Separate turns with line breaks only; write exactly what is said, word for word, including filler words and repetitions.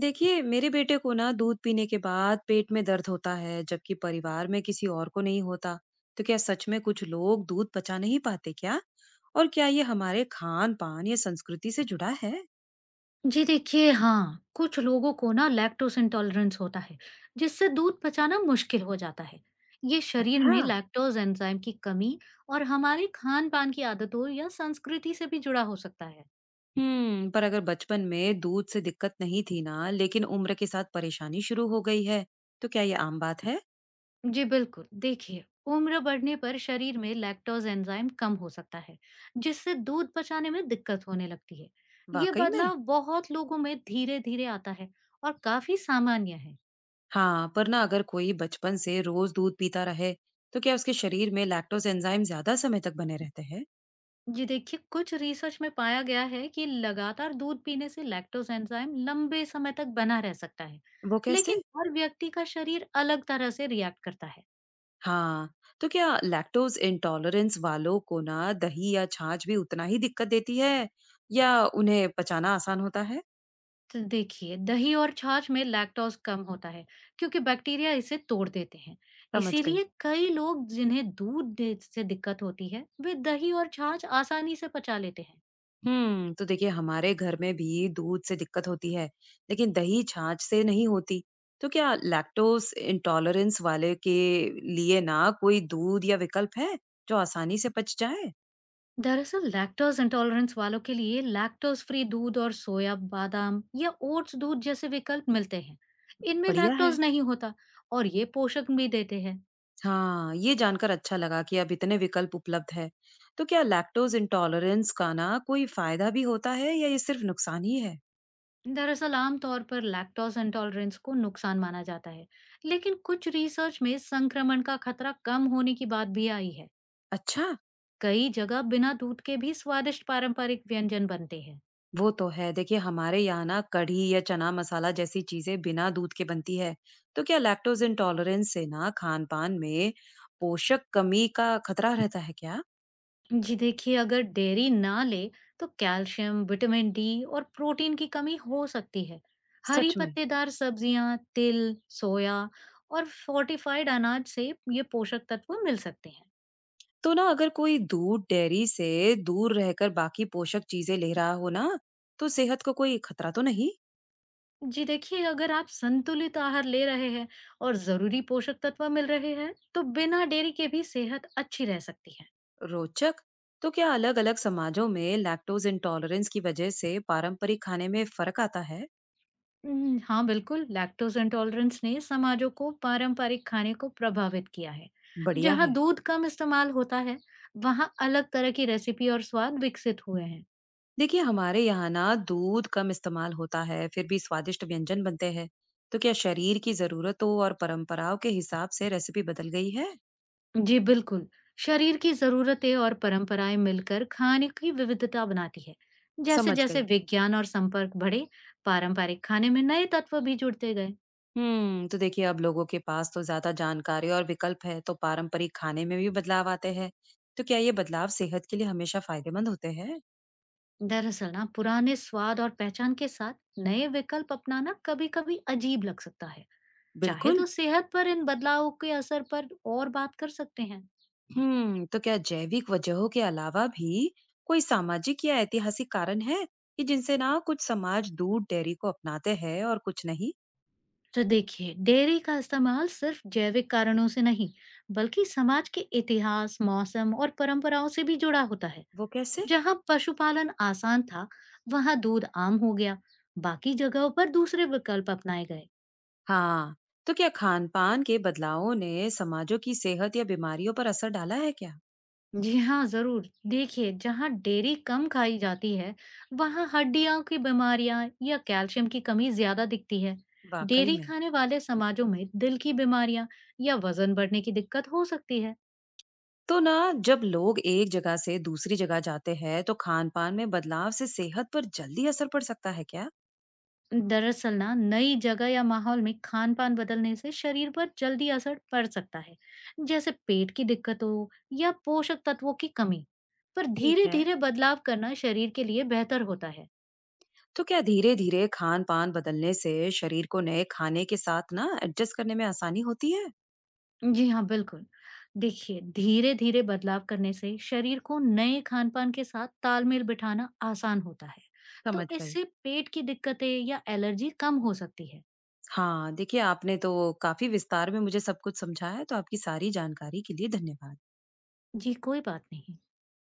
देखिए, मेरे बेटे को ना दूध पीने के बाद पेट में दर्द होता है, जबकि परिवार में किसी और को नहीं होता। तो क्या सच में कुछ लोग दूध पचा नहीं पाते क्या? और क्या ये हमारे खान पान या संस्कृति से जुड़ा है?
जी देखिए, हाँ, कुछ लोगों को ना लैक्टोज़ इंटॉलरेंस होता है, जिससे दूध पचाना मुश्किल हो जाता है। ये शरीर
अच्छा।
में लैक्टोज़ एंजाइम की कमी और हमारे खान-पान की आदतों या संस्कृति से भी जुड़ा हो सकता है।
हम्म, पर अगर बचपन में दूध से दिक्कत नहीं थी ना, लेकिन उम्र के साथ परेशानी शुरू हो गई है, तो क्या ये आम बात है?
जी बिल्कुल, देखिए, उम्र बढ़ने पर शरीर में लैक्टोज़ एंजाइम कम हो सकता है, जिससे दूध पचाने में दिक्कत होने लगती है। ये
वाकई में?
बदलाव बहुत लोगों में धीरे-धीरे आता है और काफ़ी सामान्य है।
हाँ, पर ना अगर कोई बचपन से रोज दूध पीता रहे, तो क्या उसके शरीर में लैक्टोज एंजाइम ज्यादा समय तक बने रहते हैं?
जी देखिए, कुछ रिसर्च में पाया गया है कि लगातार दूध पीने से लैक्टोज एंजाइम लंबे समय तक बना रह सकता है,
वो कैसे?
लेकिन हर व्यक्ति का शरीर अलग तरह से रिएक्ट करता है।
हाँ, तो क्या लैक्टोज इंटॉलरेंस वालों को ना दही या छाछ भी उतना ही दिक्कत देती है, या उन्हें पचाना आसान होता है?
तो देखिए, दही और छाछ में लैक्टोज कम होता है, क्योंकि बैक्टीरिया इसे तोड़ देते हैं।
समझ गई।
इसीलिए कई लोग जिन्हें दूध दे- से दिक्कत होती है, वे दही और छाछ आसानी से पचा लेते हैं।
हम्म, तो देखिए हमारे घर में भी दूध से दिक्कत होती है, लेकिन दही छाछ से नहीं होती। तो क्या लैक्टोज इंटॉलरेंस वाले के लिए ना कोई दूध या विकल्प है जो आसानी से पच जाए?
दरअसल लैक्टोज इंटॉलरेंस वालों के लिए लैक्टोज फ्री दूध और सोया बादाम या ओट्स दूध जैसे विकल्प मिलते हैं। इनमें
बढ़िया है।
लैक्टोज नहीं होता और ये पोषक भी देते हैं।
हाँ, ये जानकर अच्छा लगा कि अब इतने विकल्प उपलब्ध है। तो क्या लैक्टोज इंटॉलरेंस का ना कोई फायदा भी होता है, या ये सिर्फ नुकसान ही है?
दरअसल आमतौर पर लैक्टोज इंटॉलरेंस को नुकसान माना जाता है, लेकिन कुछ रिसर्च में संक्रमण का खतरा कम होने की बात भी आई है।
अच्छा।
कई जगह बिना दूध के भी स्वादिष्ट पारंपरिक व्यंजन बनते हैं।
वो तो है। देखिए, हमारे यहाँ ना कढ़ी या चना मसाला जैसी चीजें बिना दूध के बनती है। तो क्या लैक्टोज इंटॉलरेंस से ना खान-पान में पोषक कमी का खतरा रहता है क्या?
जी देखिए, अगर डेयरी ना ले तो कैल्शियम विटामिन डी और प्रोटीन की कमी हो सकती है। हरी
सच में?
पत्तेदार सब्जियां, तिल, सोया और फोर्टिफाइड अनाज से ये पोषक तत्व मिल सकते हैं।
तो ना अगर कोई दूध डेयरी से दूर रहकर बाकी पोषक चीजें ले रहा हो ना, तो सेहत को कोई खतरा तो नहीं?
जी देखिए, अगर आप संतुलित आहार ले रहे हैं और जरूरी पोषक तत्व मिल रहे हैं तो बिना डेयरी के भी सेहत अच्छी रह सकती है।
रोचक। तो क्या अलग-अलग समाजों में लैक्टोज इंटॉलरेंस की वजह से पारंपरिक खाने में फर्क आता है?
हम्म, हाँ बिल्कुल, लैक्टोज इंटॉलरेंस ने समाजों को पारंपरिक खाने को प्रभावित किया है।
बढ़िया
जहाँ
है।
दूध कम इस्तेमाल होता है, वहाँ अलग तरह की रेसिपी और स्वाद विकसित हुए हैं।
देखिए, हमारे यहाँ ना दूध कम इस्तेमाल होता है, फिर भी स्वादिष्ट व्यंजन बनते हैं। तो क्या शरीर की जरूरतों और परंपराओं के हिसाब से रेसिपी बदल गई है?
जी बिल्कुल, शरीर की जरूरतें और परंपराएं मिलकर खाने की विविधता बनाती है। जैसे
समझ
जैसे
गई।
विज्ञान और संपर्क बढ़े, पारंपरिक खाने में नए तत्व भी जुड़ते गए।
हम्म, तो देखिए अब लोगों के पास तो ज्यादा जानकारी और विकल्प है, तो पारंपरिक खाने में भी बदलाव आते हैं। तो क्या ये बदलाव सेहत के लिए हमेशा फायदेमंद होते हैं?
दरअसल ना, पुराने स्वाद और पहचान के साथ नए विकल्प अपनाना कभी कभी अजीब लग सकता है। चाहे
बिल्कुल।
तो सेहत पर इन बदलावों के असर पर और बात कर सकते हैं।
हम्म, तो क्या जैविक वजहों के अलावा भी कोई सामाजिक या ऐतिहासिक कारण है कि जिनसे ना कुछ समाज दूध डेयरी को अपनाते हैं और कुछ नहीं?
तो देखिए, डेयरी का इस्तेमाल सिर्फ जैविक कारणों से नहीं, बल्कि समाज के इतिहास, मौसम और परंपराओं से भी जुड़ा होता है।
वो कैसे?
जहाँ पशुपालन आसान था, वहाँ दूध आम हो गया। बाकी जगहों पर दूसरे विकल्प अपनाए गए।
हाँ, तो क्या खान पान के बदलावों ने समाजों की सेहत या बीमारियों पर असर डाला है क्या?
जी हाँ, ज़रूर। देखिए, जहाँ डेयरी कम खाई जाती है, वहाँ हड्डियों की बीमारियाँ या कैल्शियम की कमी ज़्यादा दिखती है।
वाकई
डेयरी
में?
खाने वाले समाजों में दिल की बीमारियाँ या वज़न बढ़ने की दिक्कत हो सकती है।
तो ना जब लोग एक जगह से दूसरी जगह जाते हैं, तो खान पान में बदलाव से सेहत पर जल्दी असर पड़ सकता है क्या?
दरअसल ना, नई जगह या माहौल में खान-पान बदलने से शरीर पर जल्दी असर पड़ सकता है, जैसे पेट की दिक्कतों या पोषक तत्वों की कमी। पर
ठीक है।
धीरे-धीरे बदलाव करना शरीर के लिए बेहतर होता है।
तो क्या धीरे धीरे खान पान बदलने से शरीर को नए खाने के साथ ना एडजस्ट करने में आसानी होती है?
जी हाँ, बिल्कुल। देखिए, धीरे-धीरे बदलाव करने से शरीर को नए खान-पान के साथ तालमेल बिठाना आसान होता है।
समझ
तो
गई।
इससे पेट की दिक्कतें या एलर्जी कम हो सकती है।
हाँ, देखिए आपने तो काफी विस्तार में मुझे सब कुछ समझाया, तो आपकी सारी जानकारी के लिए धन्यवाद।
जी, कोई बात नहीं।